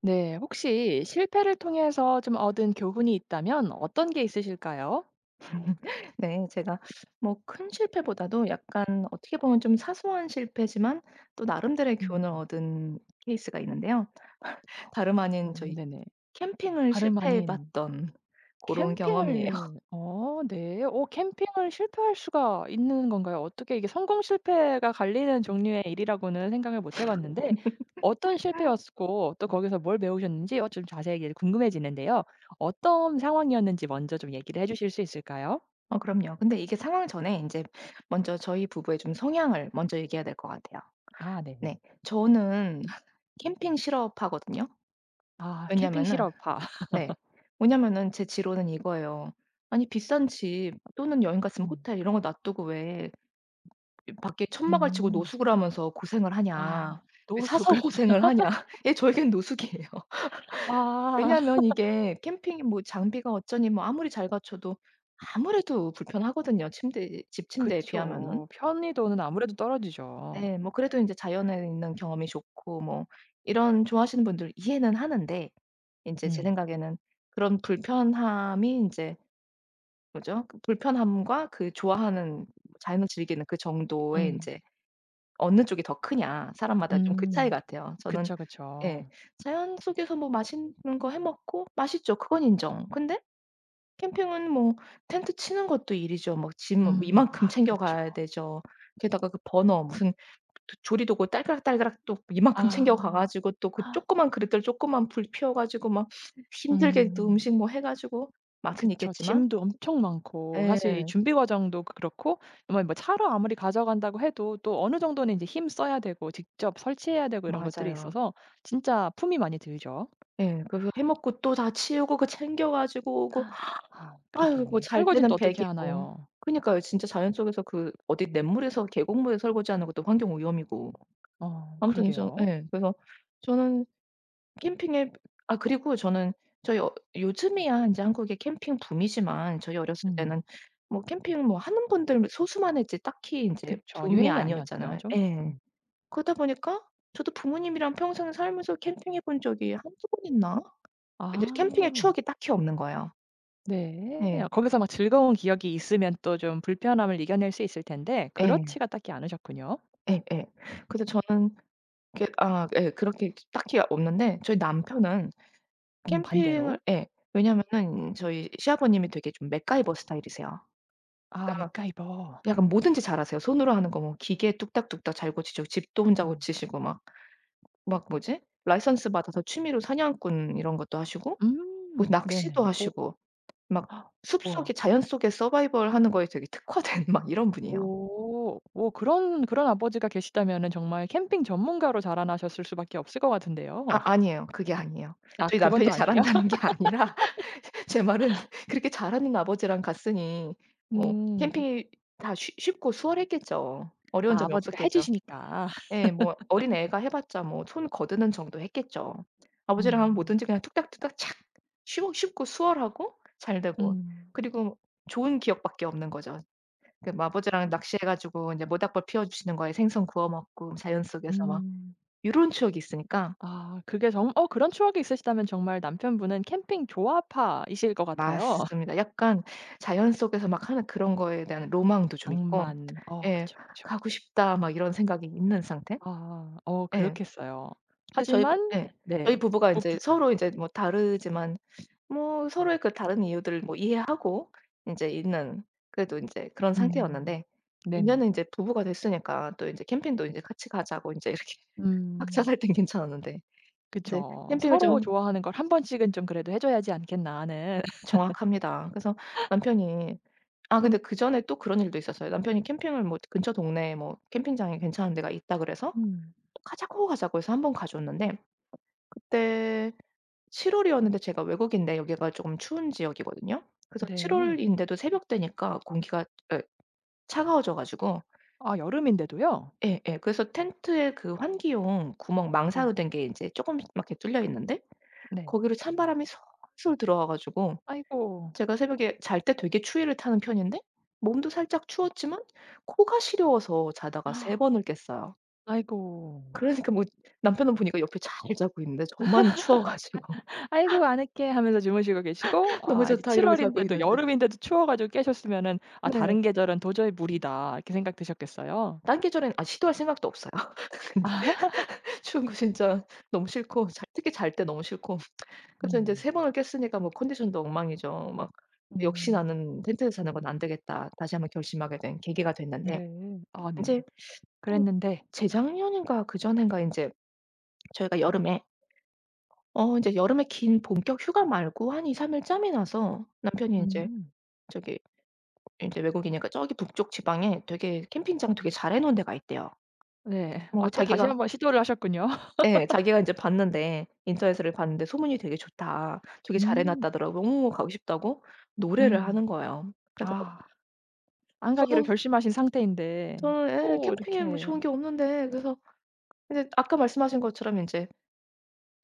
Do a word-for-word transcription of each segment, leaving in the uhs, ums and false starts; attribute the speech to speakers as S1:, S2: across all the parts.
S1: 네, 혹시 실패를 통해서 좀 얻은 교훈이 있다면 어떤 게 있으실까요?
S2: 네. 제가 뭐 큰 실패보다도 약간 어떻게 보면 좀 사소한 실패지만 또 나름대로의 교훈을
S1: 음.
S2: 얻은 케이스가 있는데요. 다름 아닌
S1: 오
S2: 저희
S1: 네네.
S2: 캠핑을
S1: 다름
S2: 실패해
S1: 아닌
S2: 봤던 그런 경험이에요.
S1: 캠핑을 어 네. 오, 캠핑을 실패할 수가 있는 건가요? 어떻게 이게 성공 실패가 갈리는 종류의 일이라고는 생각을 못 해 봤는데 어떤 실패였고 또 거기서 뭘 배우셨는지 어 좀 자세하게 궁금해지는데요. 어떤 상황이었는지 먼저 좀 얘기를 해 주실 수 있을까요?
S2: 어 그럼요. 근데 이게 상황 전에 이제 먼저 저희 부부의 좀 성향을 먼저 얘기해야 될 것 같아요.
S1: 아 네네.
S2: 네. 저는 캠핑 실업 하거든요.
S1: 아 캠핑
S2: 왜냐면은
S1: 실업파.
S2: 네. 왜냐면은 제 지론은 이거예요. 아니 비싼 집 또는 여행 갔으면
S1: 음.
S2: 호텔 이런 거 놔 두고 왜 이 밖에 천막을 치고
S1: 음.
S2: 노숙을 하면서 고생을
S1: 아
S2: 하냐. 왜 사서
S1: 노숙을
S2: 고생을 하냐. 예, 저에겐 노숙이에요.
S1: 아
S2: 왜냐하면 이게 캠핑이 뭐 장비가 어쩌니 뭐 아무리 잘 갖춰도 아무래도 불편하거든요. 침대, 집 침대에 비하면은.
S1: 그쵸. 편의도는 아무래도 떨어지죠.
S2: 예. 뭐 그래도 인제 자연에 있는 경험이 좋고 뭐 이런 좋아하시는 분들 이해는 하는데 인제 제
S1: 음.
S2: 생각에는 그런 불편함이 인제 뭐죠? 그 불편함과 그 좋아하는 자연을 즐기는 그 정도의
S1: 음.
S2: 인제 어느 쪽이 더 크냐 사람마다 좀 그 차이
S1: 음.
S2: 같아요. 저는
S1: 그쵸,
S2: 예
S1: 그쵸.
S2: 자연 속에서 뭐 맛있는 거 해 먹고 맛있죠. 그건 인정. 근데 캠핑은 뭐 텐트 치는 것도 일이죠. 막 짐 뭐
S1: 음.
S2: 이만큼
S1: 아 그렇죠.
S2: 챙겨가야 되죠. 게다가 그 버너 무슨 조 조리도구 딸그락딸그락 또 이만큼 챙겨가
S1: 아.
S2: 가지고 또 그 조그만 그릇들 조그만 불 피워 가지고 막 힘들게 또
S1: 음.
S2: 음식 뭐 해 가지고 맛은
S1: 그쵸.
S2: 있겠지만
S1: 짐도 엄청 많고 사실 이
S2: 예
S1: 준비 과정도 그렇고 정말 뭐 차로 아무리 가져간다고 해도 또 어느 정도는 이제 힘 써야 되고 직접 설치해야 되고 이런 것들이
S2: 맞아요.
S1: 있어서 진짜 품이 많이 들죠.
S2: 예. 그래서 해 먹고 또 다 치우고 그 챙겨 가지고 오고
S1: 아
S2: 아유 뭐
S1: 그러게요.
S2: 잘
S1: 설거지는 또
S2: 때는
S1: 어떻게
S2: 백 이고.
S1: 하나요?
S2: 그니까요. 진짜 자연 속에서 그 어디 냇물에서 계곡물에 설거지하는 것도 환경 오염이고.
S1: 어
S2: 아무튼 좀
S1: 그러게요.
S2: 예. 그래서 저는 캠핑에 아 그리고 저는 저희 어 요즘에야 인제 한국에 캠핑 붐이지만 저희 어렸을
S1: 음.
S2: 때는 뭐 캠핑 뭐 하는 분들 소수만 했지 딱히 인제
S1: 그쵸.
S2: 붐이
S1: 유행이 아니었죠
S2: 아니었잖아요.
S1: 좀?
S2: 예.
S1: 음.
S2: 그러다 보니까 저도 부모님이랑 평생 살면서 캠핑해 본 적이 한두 번 있나? 근데 캠핑의
S1: 아
S2: 추억이 딱히 없는 거예요.
S1: 네.
S2: 네.
S1: 거기서 막 즐거운 기억이 있으면 또 좀 불편함을 이겨낼 수 있을 텐데
S2: 예.
S1: 그렇지가 딱히 않으셨군요.
S2: 예예. 그래서 저는 그 아 예. 그렇게 딱히 없는데 저희 남편은
S1: 음
S2: 캠핑을
S1: 반대로.
S2: 예. 왜냐면은 저희 시아버님이 되게 좀 맥가이버 스타일이세요.
S1: 아
S2: 그러니까
S1: 맥가이버.
S2: 약간 뭐든지 잘하세요. 손으로 하는 거 뭐 기계 뚝딱뚝딱 잘 고치시고 집도 혼자
S1: 음.
S2: 고치시고 막 막 뭐지? 라이선스 받아서 취미로 사냥꾼 이런 것도 하시고 뭐
S1: 음
S2: 낚시도
S1: 네네네. 오
S2: 하시고 막 숲속에
S1: 우와.
S2: 자연 속에 서바이벌 하는 거에 되게 특화된 막 이런 분이에요.
S1: 오. 오 그런 그런 아버지가 계시다면은 정말 캠핑 전문가로 자라나셨을 수밖에 없을 것 같은데요.
S2: 아 아니에요. 그게 아니에요.
S1: 아
S2: 저희
S1: 그건 또
S2: 남편이
S1: 아니에요?
S2: 잘한다는 게 아니라 제 말은 그렇게 잘하는 아버지랑 갔으니 뭐
S1: 음.
S2: 캠핑이 다 쉬 쉽고 수월했겠죠. 어려운 음.
S1: 아
S2: 점이
S1: 아버지가 해
S2: 없었겠죠.
S1: 주시니까.
S2: 예. 뭐 어린애가 해 봤자 뭐 손 거드는 정도 했겠죠. 아버지랑 하면
S1: 음.
S2: 뭐든지 그냥 뚝딱뚝딱 착 쉬워 쉽고 수월하고 잘 되고
S1: 음.
S2: 그리고 좋은 기억밖에 없는 거죠. 그뭐 아버지랑 낚시해 가지고 이제 모닥불 피워 주시는 거에 생선 구워 먹고 자연 속에서 막
S1: 음.
S2: 이런 추억이 있으니까
S1: 아 그게 정 어 그런 추억이 있으시다면 정말 남편분은 캠핑 조화파이실 것 같아요.
S2: 맞습니다. 약간 자연 속에서 막 하는 그런 거에 대한 로망도 좀 있고
S1: 낭만. 어
S2: 예.
S1: 그쵸, 그쵸.
S2: '가고 싶다.' 막 이런 생각이 있는 상태?
S1: 아 어
S2: 예.
S1: 그렇겠어요.
S2: 그래서 저희 부
S1: 하지만
S2: 예.
S1: 네.
S2: 저희 부부가 이제
S1: 부부
S2: 서로 이제 뭐 다르지만 뭐 서로의 그 다른 이유들을 뭐 이해하고 이제 있는 그래도 이제 그런
S1: 음
S2: 상태였는데 이제
S1: 네네.
S2: 는 이제 부부가 됐으니까 또 이제 캠핑도 이제 같이 가자고 이제 이렇게
S1: 음
S2: 박차살 땐 괜찮았는데 이제
S1: 그쵸.
S2: 캠핑을
S1: 서로
S2: 좀
S1: 좋아하는 걸 한 번씩은 좀 그래도 해 줘야지 않겠나 하는.
S2: 정확합니다. 그래서 남편이 아 근데 그전에 또 그런 일도 있었어요. 남편이 캠핑을 뭐 근처 동네에 뭐 캠핑장이 괜찮은 데가 있다 그래서
S1: 음
S2: "가자고, 가자고." 해서 한번 가줬는데 그때 칠 월이었는데 제가 외국인데 여기가 조금 추운 지역이거든요. 그래서 칠
S1: 네.
S2: 월인데도 새벽 되니까 공기가 예 차가워져 가지고
S1: 아 여름인데도요?
S2: 예예 그래서 텐트에 그 환기용 구멍
S1: 네.
S2: 망사로 된 게 이제 조금 씩막 이렇게 뚫려 있는데
S1: 네.
S2: 거기로 찬바람이 솔솔 들어와 가지고
S1: 아이고.
S2: 제가 새벽에 잘 때 되게 추위를 타는 편인데 몸도 살짝 추웠지만 코가 시려워서 자다가 세 번을 깼어요.
S1: 아이고.
S2: 그러니까 뭐 남편은 보니까 옆에 잘 자고 있는데 저만 추워 가지고
S1: "아이고 아늑해." 하면서 주무시고 계시고
S2: '너무
S1: 아 이제
S2: 좋다.'
S1: 칠
S2: 이러고 자고
S1: 월인데도
S2: 있는데
S1: 여름인데도 추워 가지고 깨셨으면은 '아
S2: 네.
S1: 다른 계절은 도저히 무리다.' 이렇게 생각 드셨겠어요?
S2: 딴 계절엔 아 시도할 생각도 없어요. 근데 추운 거 진짜 너무 싫고 잘 특히 잘 때 너무 싫고 그래서 인제
S1: 음.
S2: 세 번을 깼으니까 뭐 컨디션도 엉망이죠. 막 역시
S1: 음.
S2: '나는 텐트에서 자는 건 안 되겠다.' 다시 한번 결심하게 된 계기가 됐는데
S1: 네. 아 네네.
S2: 인제 한
S1: 그랬는데
S2: 재작년인가 그전인가 인제 저희가 여름에 어 인제 여름에 긴 본격 휴가 말고 한 이삼 일 짬이 나서 남편이 인제
S1: 음.
S2: 저기 인제 외국이니까 저기 북쪽 지방에 되게 캠핑장 되게 잘해 놓은 데가 있대요.
S1: 네. 아
S2: 뭐
S1: 또 다시
S2: 자기가
S1: 한번 시도를 하셨군요.
S2: 예 자기가 인제 봤는데 인터넷으로 봤는데 소문이 되게 좋다. 되게 잘해
S1: 음.
S2: 놨다더라고. 너무 가고 싶다고 노래를
S1: 음.
S2: 하는 거예요. 그래서
S1: 아 안 가기로
S2: 저도
S1: 결심하신 상태인데
S2: 저는 예
S1: 또
S2: 캠핑에 뭐
S1: 이렇게
S2: 좋은 게 없는데 그래서 이제 아까 말씀하신 것처럼 인제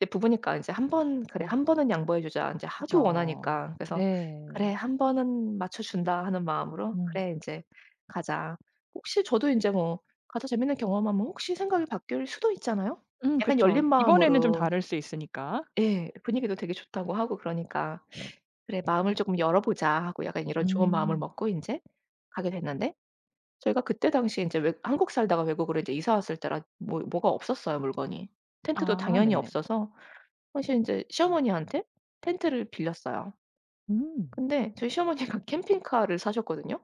S2: 이제 부부니까 이제 한 번 '그래
S1: 네.
S2: 한 번은 양보해 주자.' 인제 하도
S1: 그죠.
S2: 원하니까. 그래서
S1: 네.
S2: '그래 한 번은 맞춰 준다.' 하는 마음으로
S1: 음.
S2: '그래 인제 가자.' 혹시 저도 인제 뭐 가서 재밌는 경험하면 혹시 생각이 바뀔 수도 있잖아요.
S1: 음
S2: 약간
S1: 그쵸.
S2: 열린
S1: 이번에는 좀
S2: 마음으로
S1: 다를 수 있으니까.
S2: 예 분위기도 되게 좋다고 하고 그러니까 '그래 마음을 조금 열어 보자.' 하고 약간 이런 좋은 마음을
S1: 음.
S2: 먹고 인제 가게 됐는데 저희가 그때 당시에 인제 외 한국 살다가 외국으로 이제 이사 왔을 때라 뭐 뭐가 없었어요 물건이. 텐트도
S1: 아
S2: 당연히
S1: 네네.
S2: 없어서 사실 인제 시어머니한테 텐트를 빌렸어요.
S1: 음.
S2: 근데 저희 시어머니가 캠핑카를 사셨거든요.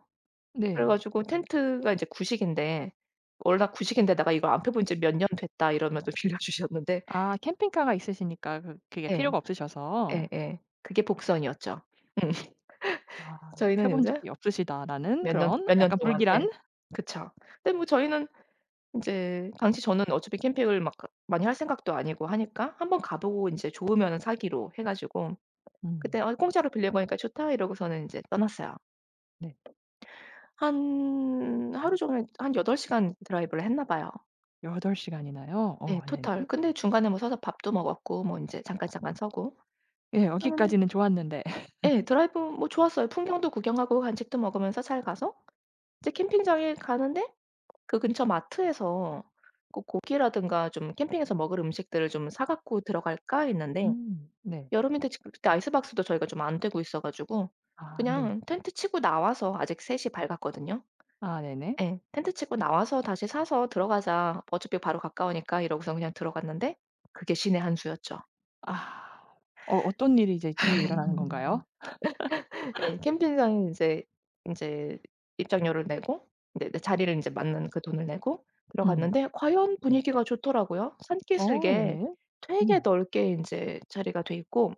S2: 그래
S1: 네.
S2: 가지고 텐트가 이제 구식인데 "원래 구식인데다가 이걸 안 펴본 지 몇 년 됐다." 이러면서 빌려주셨는데
S1: 아 캠핑카가 있으시니까 그 그게
S2: 예.
S1: 필요가 없으셔서
S2: 예예. 그게 복선이었죠. 음.
S1: 아 펴
S2: 저희는
S1: 본
S2: 인제
S1: 적이 없으시다라는
S2: 몇 년
S1: 그런
S2: 몇 년
S1: 약간
S2: 동안
S1: 불길한
S2: 예. 그쵸. 근데 뭐 저희는 인제 당시 저는 어차피 캠핑을 막 그 많이 할 생각도 아니고 하니까 한번 가 보고 인제 좋으면은 사기로 해 가지고 그때
S1: 음
S2: "어 공짜로 빌려보니까 좋다." 이러고서는 인제 떠났어요.
S1: 네.
S2: 한 하루 종일 한 여덟 시간 드라이브를 했나 봐요.
S1: 덟 시간이나요?
S2: 예
S1: 어 네네.
S2: 토탈. 근데 중간에 뭐 서서 밥도 먹었고 뭐 인제 잠깐, 잠깐 서고
S1: 예
S2: 하는데
S1: 여기까지는 좋았는데.
S2: 예 드라이브 뭐 좋았어요. 풍경도 구경하고 간식도 먹으면서 잘 가서 이제 캠핑장에 가는데 그 근처 마트에서 그 고기라든가 좀 '캠핑에서 먹을 음식들을 좀 사 갖고 들어갈까?' 했는데
S1: 음 네.
S2: 여름인데 지금 그때 아이스박스도 저희가 좀 안 되고 있어 가지고
S1: 아 네네.
S2: 그냥 텐트 치고 나와서 아직 셋이 밝았거든요.
S1: 아 네네.
S2: 예. 텐트 치고 "나와서 다시 사서 들어가자. 어차피 바로 가까우니까." 이러고서 그냥 들어갔는데 그게 신의 한 수였죠.
S1: 아 어 어떤 일이 이제 뒤에 일어나는 건가요?
S2: 예. 캠핑장에 인제 인제 입장료를 내고 인제 내 자리를 인제 맞는 그 돈을 내고
S1: 음
S2: 들어갔는데 과연
S1: 네.
S2: 분위기가 좋더라고요.
S1: 어
S2: 산기슭에
S1: 네네.
S2: 되게
S1: 음.
S2: 넓게 인제 자리가 돼 있고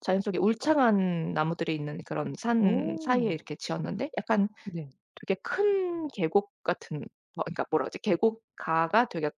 S2: 자연 속에 울창한 나무들이 있는 그런 산 사이에
S1: 오.
S2: 이렇게 지었는데 약간
S1: 네.
S2: 되게 큰 계곡 같은 어 그러니까 뭐라 그러지? 계곡가가 되게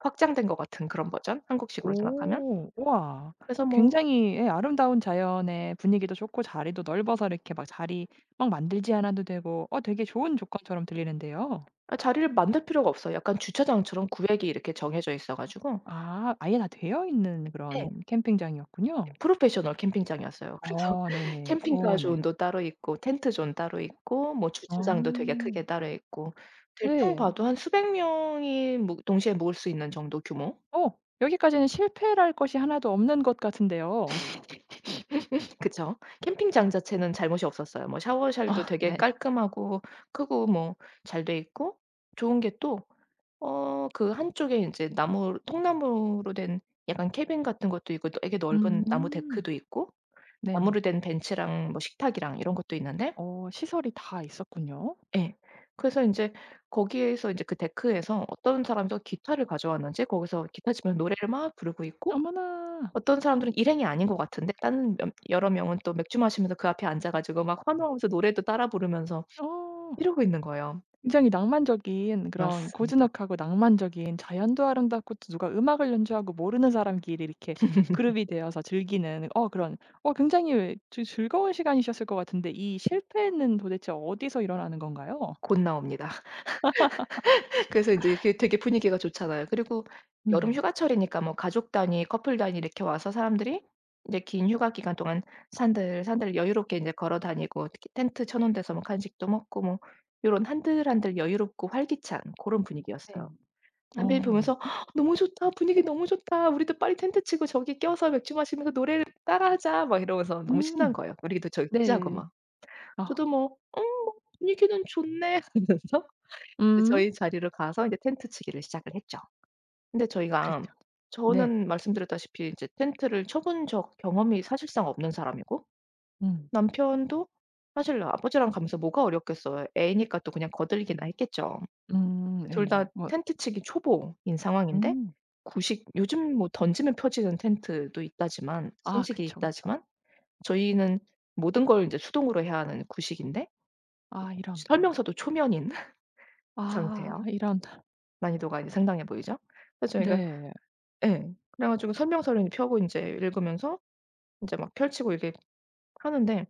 S2: 확장된 것 같은 그런 버전? 한국식으로 생각하면.
S1: 오. 우와.
S2: 그래서 뭐
S1: 굉장히 예 아름다운 자연의 분위기도 좋고 자리도 넓어서 이렇게 막 자리 막 만들지 않아도 되고 어 되게 좋은 조건처럼 들리는데요.
S2: 아 자리를 만들 필요가 없어요. 약간 주차장처럼 구획이 이렇게 정해져 있어 가지고
S1: 아 아예 다 되어 있는
S2: 예.
S1: 그런 캠핑장이었군요.
S2: 프로페셔널 캠핑장이었어요. 그래서
S1: 어 네네. 어
S2: 캠핑카
S1: 네.
S2: 존도 따로 있고 텐트 존 따로 있고 뭐 주차장도 되게
S1: 어,
S2: 크게 따로 있고 대충
S1: 네.
S2: 봐도 한 수백 명이 묵 동시에 묵을 수 있는 정도 규모?
S1: 어 여기까지는 실패랄 것이 하나도 없는 것 같은데요.
S2: 그쵸. 캠핑장 자체는 잘못이 없었어요. 뭐 샤워실도
S1: 아
S2: 되게
S1: 네.
S2: 깔끔하고 크고 뭐 잘 돼 있고 좋은 게 또 어 그 한쪽에 인제 나무 통나무로 된 약간 캐빈 같은 것도 있고 또 되게 넓은 나무
S1: 음.
S2: 데크도 있고
S1: 네네.
S2: 나무로 된 벤치랑 뭐 식탁이랑 이런 것도 있는데
S1: 어 시설이 다 있었군요.
S2: 예. 그래서 인제 거기에서 인제 그 데크에서 어떤 사람이 또 기타를 가져왔는지 거기서 기타 치면서 노래를 막 부르고 있고
S1: 어머나.
S2: 어떤 사람들은 일행이 아닌 것 같은데 다른 몇 여러 명은 또 맥주 마시면서 그 앞에 앉아 가지고 막 환호하면서 노래도 따라 부르면서
S1: 어.
S2: 이러고 있는 거예요.
S1: 굉장히 낭만적인 그런
S2: 맞습니다.
S1: 고즈넉하고 낭만적인 자연도 아름답고 또 누가 음악을 연주하고 모르는 사람끼리 이렇게 그룹이 되어서 즐기는 어 그런 어 굉장히 즐 즐거운 시간이셨을 것 같은데 이 실패는 도대체 어디서 일어나는 건가요?
S2: 곧 나옵니다. 그래서 인제 그게 되게 분위기가 좋잖아요. 그리고 여름
S1: 음.
S2: 휴가철이니까 뭐 가족 단위, 커플 단위 이렇게 와서 사람들이 인제 긴 휴가 기간 동안 산들산들 여유롭게 인제 걸어 다니고 특히 텐트 쳐 놓은 데서 뭐 간식도 먹고 뭐 요런 한들한들 여유롭고 활기찬 고런 분위기였어요.
S1: 네.
S2: 남편이
S1: 어 네.
S2: 보면서 "너무 좋다. 분위기 너무 좋다. 우리도 빨리 텐트 치고 저기 껴서 맥주 마시면서 노래를 따라하자." 막 이러면서 너무 신난
S1: 음.
S2: 거예요. "우리도 저기 끼자고."
S1: 네.
S2: 막.
S1: 아.
S2: 저도 뭐 "음 뭐 분위기는 좋네." 하면서 이제
S1: 음.
S2: 저희 자리로 가서 이제 텐트 치기를 시작을 했죠. 근데 저희가
S1: 그랬죠. 네.
S2: 저는 말씀드렸다시피 이제 텐트를 쳐본적 경험이 사실상 없는 사람이고
S1: 음.
S2: 남편도 사실 아버지랑 가면서 뭐가 어렵겠어요. 애니까 또 그냥 거들기나 했겠죠.
S1: 음
S2: 둘
S1: 네네.
S2: 다
S1: 뭐
S2: 텐트 치기 초보인 상황인데
S1: 음.
S2: 구식 요즘 뭐 던지면 펴지는 텐트도 있다지만
S1: 아
S2: 신식이
S1: 그쵸, 그쵸.
S2: 있다지만 저희는 모든 걸 인제 수동으로 해야 하는 구식인데
S1: 아 이런.
S2: 설명서도 초면인
S1: 아
S2: 상태예요.
S1: 이런.
S2: 난이도가 이제 상당해 보이죠? 그래서 저희가
S1: 네.
S2: 예. 그래 가지고 설명서를 펴고 인제 읽으면서 인제 막 펼치고 이렇게 하는데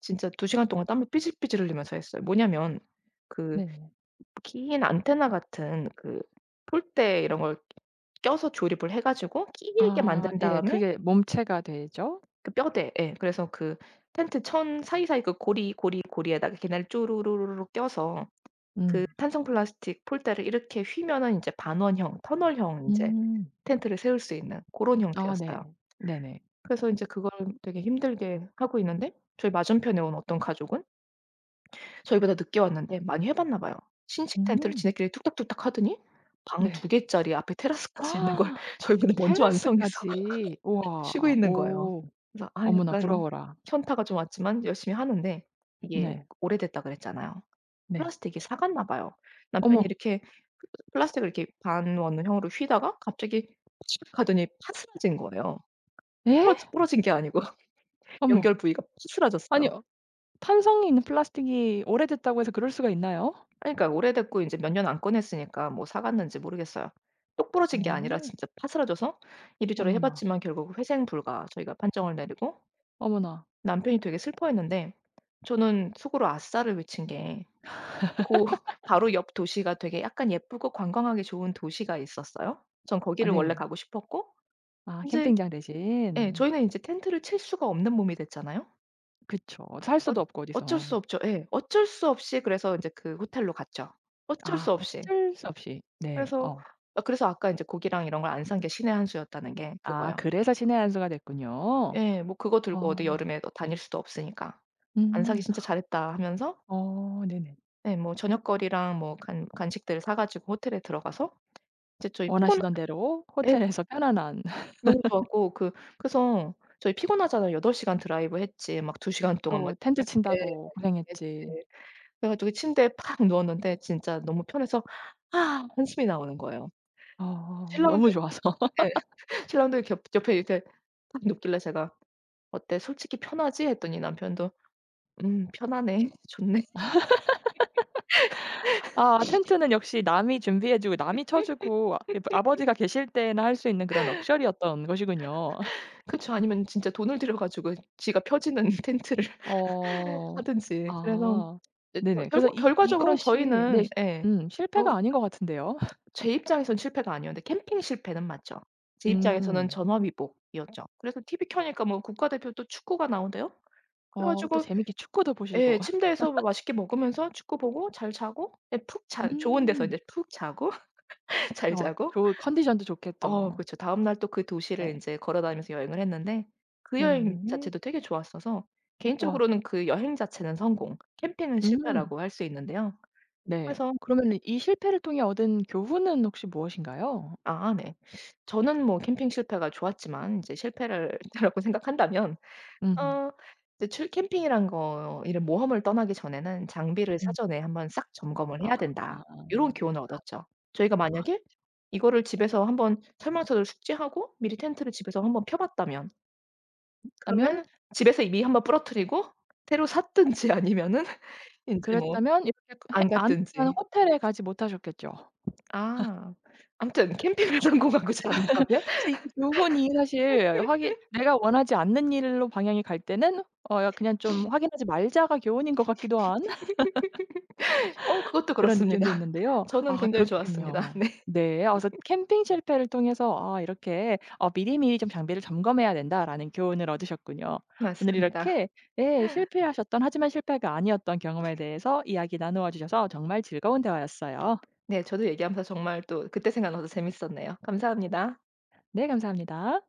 S2: 진짜 두 시간 동안 땀을 삐질삐질 흘리면서 했어요. 뭐냐면 그
S1: 네.
S2: 긴 안테나 같은 그 폴대 이런 걸 껴서 조립을 해 가지고 길게
S1: 아
S2: 만든
S1: 예.
S2: 다음에
S1: 그게 몸체가 되죠.
S2: 그 뼈대 예 그래서 그 텐트 천 사이사이 그 고리, 고리, 고리에다가 걔네를 쪼르르르르 껴서 그
S1: 음.
S2: 탄성 플라스틱 폴대를 이렇게 휘면은 인제 반원형, 터널형 인제
S1: 음.
S2: 텐트를 세울 수 있는 고런
S1: 아 네.
S2: 형태였어요.
S1: 네네.
S2: 그래서 인제 그걸 되게 힘들게 하고 있는데 저희 맞은편에 온 어떤 가족은 저희보다 늦게 왔는데 많이 해봤나 봐요. 신식 텐트를
S1: 음.
S2: 지네끼리 뚝딱뚝딱 하더니 방
S1: 네.
S2: 두 개짜리 앞에 테라스까지 있는 걸
S1: 아,
S2: 저희보다 먼저 완성해서
S1: 테라스까지.
S2: 쉬고
S1: 우와.
S2: 있는 거예요.
S1: 오.
S2: 그래서 아
S1: 어머나
S2: 약간
S1: 부러워라.
S2: 현타가 좀 왔지만 열심히 하는데 이게
S1: 네.
S2: 오래됐다 그랬잖아요.
S1: 네.
S2: 플라스틱이 삭았나 봐요. 남편이
S1: 어머.
S2: 이렇게 플라스틱을 이렇게 반 원형으로 휘다가 갑자기 칙 하더니 파스라진 거예요.
S1: 예?
S2: 부러지 부러진 게 아니고
S1: 어머.
S2: 연결 부위가
S1: 아니
S2: 파스라졌어요.
S1: 어 탄성이 있는 플라스틱이 오래됐다고 해서 그럴 수가 있나요?
S2: 아니 그러니까 오래됐고 인제 몇 년 안 꺼냈으니까 뭐 사 갔는지 모르겠어요. 똑 부러진 게 아니라
S1: 어.
S2: 진짜 파스라져서 이리저리 해
S1: 어머나.
S2: 봤지만 결국 회생 불가 저희가 판정을 내리고
S1: 어머나.
S2: 남편이 되게 슬퍼했는데 저는 속으로 아싸를 외친 게 고 바로 옆 도시가 되게 약간 예쁘고 관광하기 좋은 도시가 있었어요. 전
S1: 아
S2: 거기를 원래
S1: 네.
S2: 가고 싶었고
S1: 아
S2: 인제
S1: 캠핑장
S2: 예
S1: 대신.
S2: 저희는 인제 텐트를 칠 수가 없는 몸이 됐잖아요.
S1: 그쵸. 살
S2: 어
S1: 수도 없고
S2: 어쩔
S1: 어디서.
S2: 수 없죠. 예. 어쩔 수 없이 그래서 인제 그 호텔로 갔죠. 어쩔
S1: 아
S2: 수 없이.
S1: 어쩔 수 없이. 네.
S2: 그래서
S1: 어.
S2: 아 그래서 아까 인제 고기랑 이런 걸 안 산 게 신의 한 수였다는 게
S1: 아
S2: 그거예요.
S1: 그래서 신의 한 수가 됐군요.
S2: 예. 뭐 그거 들고 어디
S1: 어.
S2: 여름에 또 다닐 수도 없으니까. '안
S1: 음.
S2: 사길 진짜 잘했다.' 하면서
S1: 어 네네.
S2: 예 뭐 저녁거리랑 뭐 간 간식들 사 가지고 호텔에 들어가서 이제 저희 피곤
S1: 원하시던 대로
S2: 예
S1: 호텔에서 편안한
S2: 너무 좋았고 그 그래서 저희 피곤하잖아요. 여덟 시간 드라이브 했지 막 두 시간 동안 막
S1: 또 텐트
S2: 그냥 예
S1: 친다고 고생했지.
S2: 고생했지. 그래 가지고 침대에 팍 누웠는데 진짜 너무 편해서 "아." 한숨이 나오는 거예요.
S1: 어
S2: 신랑도
S1: 너무 좋아서.
S2: 예 신랑도 겹 옆에 이렇게 딱 눕길래 제가 "어때? 솔직히 편하지?" 했더니 남편도 "음 편하네. 좋네."
S1: 아 텐트는 역시 남이 준비해 주고 남이 쳐 주고 아 아버지가 계실 때나 할 수 있는 그런 럭셔리였던 것이군요.
S2: 그쵸. 아니면 진짜 돈을 들여 가지고 지가 펴지는 텐트를
S1: 어.
S2: 하든지. 그래서
S1: 아.
S2: 이제 겨
S1: 네네. 그래서
S2: 결과
S1: 이
S2: 결과적으로는
S1: 이것이 네
S2: 저희는 예.
S1: 음
S2: 어
S1: 실패가 아닌 것 같은데요.
S2: 제 입장에선 실패가 아니었는데 캠핑 실패는 맞죠. 제 입장에서는
S1: 음.
S2: 전화위복이었죠. 그래서 티비 켜니까 뭐 국가대표 또 축구가 나오대요. 그래
S1: 어 또
S2: 가지고
S1: 재밌게 축구도 보시고.
S2: 예 침대에서 뭐 맛있게 먹으면서 축구 보고 잘 자고 예 푹 자 좋은 데서
S1: 음.
S2: 이제 푹 자고 잘
S1: 어
S2: 자고
S1: 좋을 컨디션도
S2: 어
S1: 좋겠죠.
S2: 그쵸. 다음날 또 그 도시를
S1: 네.
S2: 인제 걸어 다니면서 여행을 했는데 그 여행
S1: 네.
S2: 자체도 되게 좋았어서
S1: 와.
S2: 개인적으로는 그 여행 자체는 성공, 캠핑은
S1: 음.
S2: 실패라고 할 수 있는데요.
S1: 네.
S2: 그래서
S1: 그러면은 이 실패를 통해 얻은 교훈은 혹시 무엇인가요?
S2: 아 네. 저는 뭐 캠핑 실패가 좋았지만 이제 실패를 라고 생각한다면
S1: 음.
S2: 어 이제 출 캠핑이란 거 이런 모험을 떠나기 전에는 '장비를
S1: 음.
S2: 사전에 한번 싹 점검을
S1: 아.
S2: 해야 된다.' 요런 교훈을 얻었죠. 저희가
S1: 아
S2: 만약에 이거를 집에서 한번 설명서를 숙지하고 미리 텐트를 집에서 한번 펴 봤다면
S1: 다면
S2: 그러면 집에서 이미 한번 부러뜨리고 새로 샀든지 아니면은 인제 뭐
S1: 그랬다면 이렇게 해
S2: 안
S1: 안 한
S2: 갔든지.
S1: 호텔에 가지 못하셨겠죠.
S2: 아. 아무튼 캠핑을 성공하고 잔다면
S1: 그래서 이 교훈이 사실 확인 내가 원하지 않는 일로 방향이 갈 때는 어 그냥 좀 '확인하지 말자.'가 교훈인 것 같기도 한
S2: 어 그것도
S1: 그런
S2: 그렇습니다.
S1: 느낌도 있는데요.
S2: 저는
S1: 아
S2: 굉장히 좋았습니다.
S1: 그렇군요.
S2: 네.
S1: 네. 아 그래서 캠핑 실패를 통해서 아 이렇게 어 '미리미리 좀 장비를 점검해야 된다.'라는 교훈을 얻으셨군요. 오늘
S2: 맞습니다.
S1: 이렇게 예 실패하셨던 하지만 실패가 아니었던 경험에 대해서 이야기 나누어 주셔서 정말 즐거운 대화였어요.
S2: 네 저도 얘기하면서 정말 또 그때 생각나서 재밌었네요. 감사합니다.
S1: 네 감사합니다.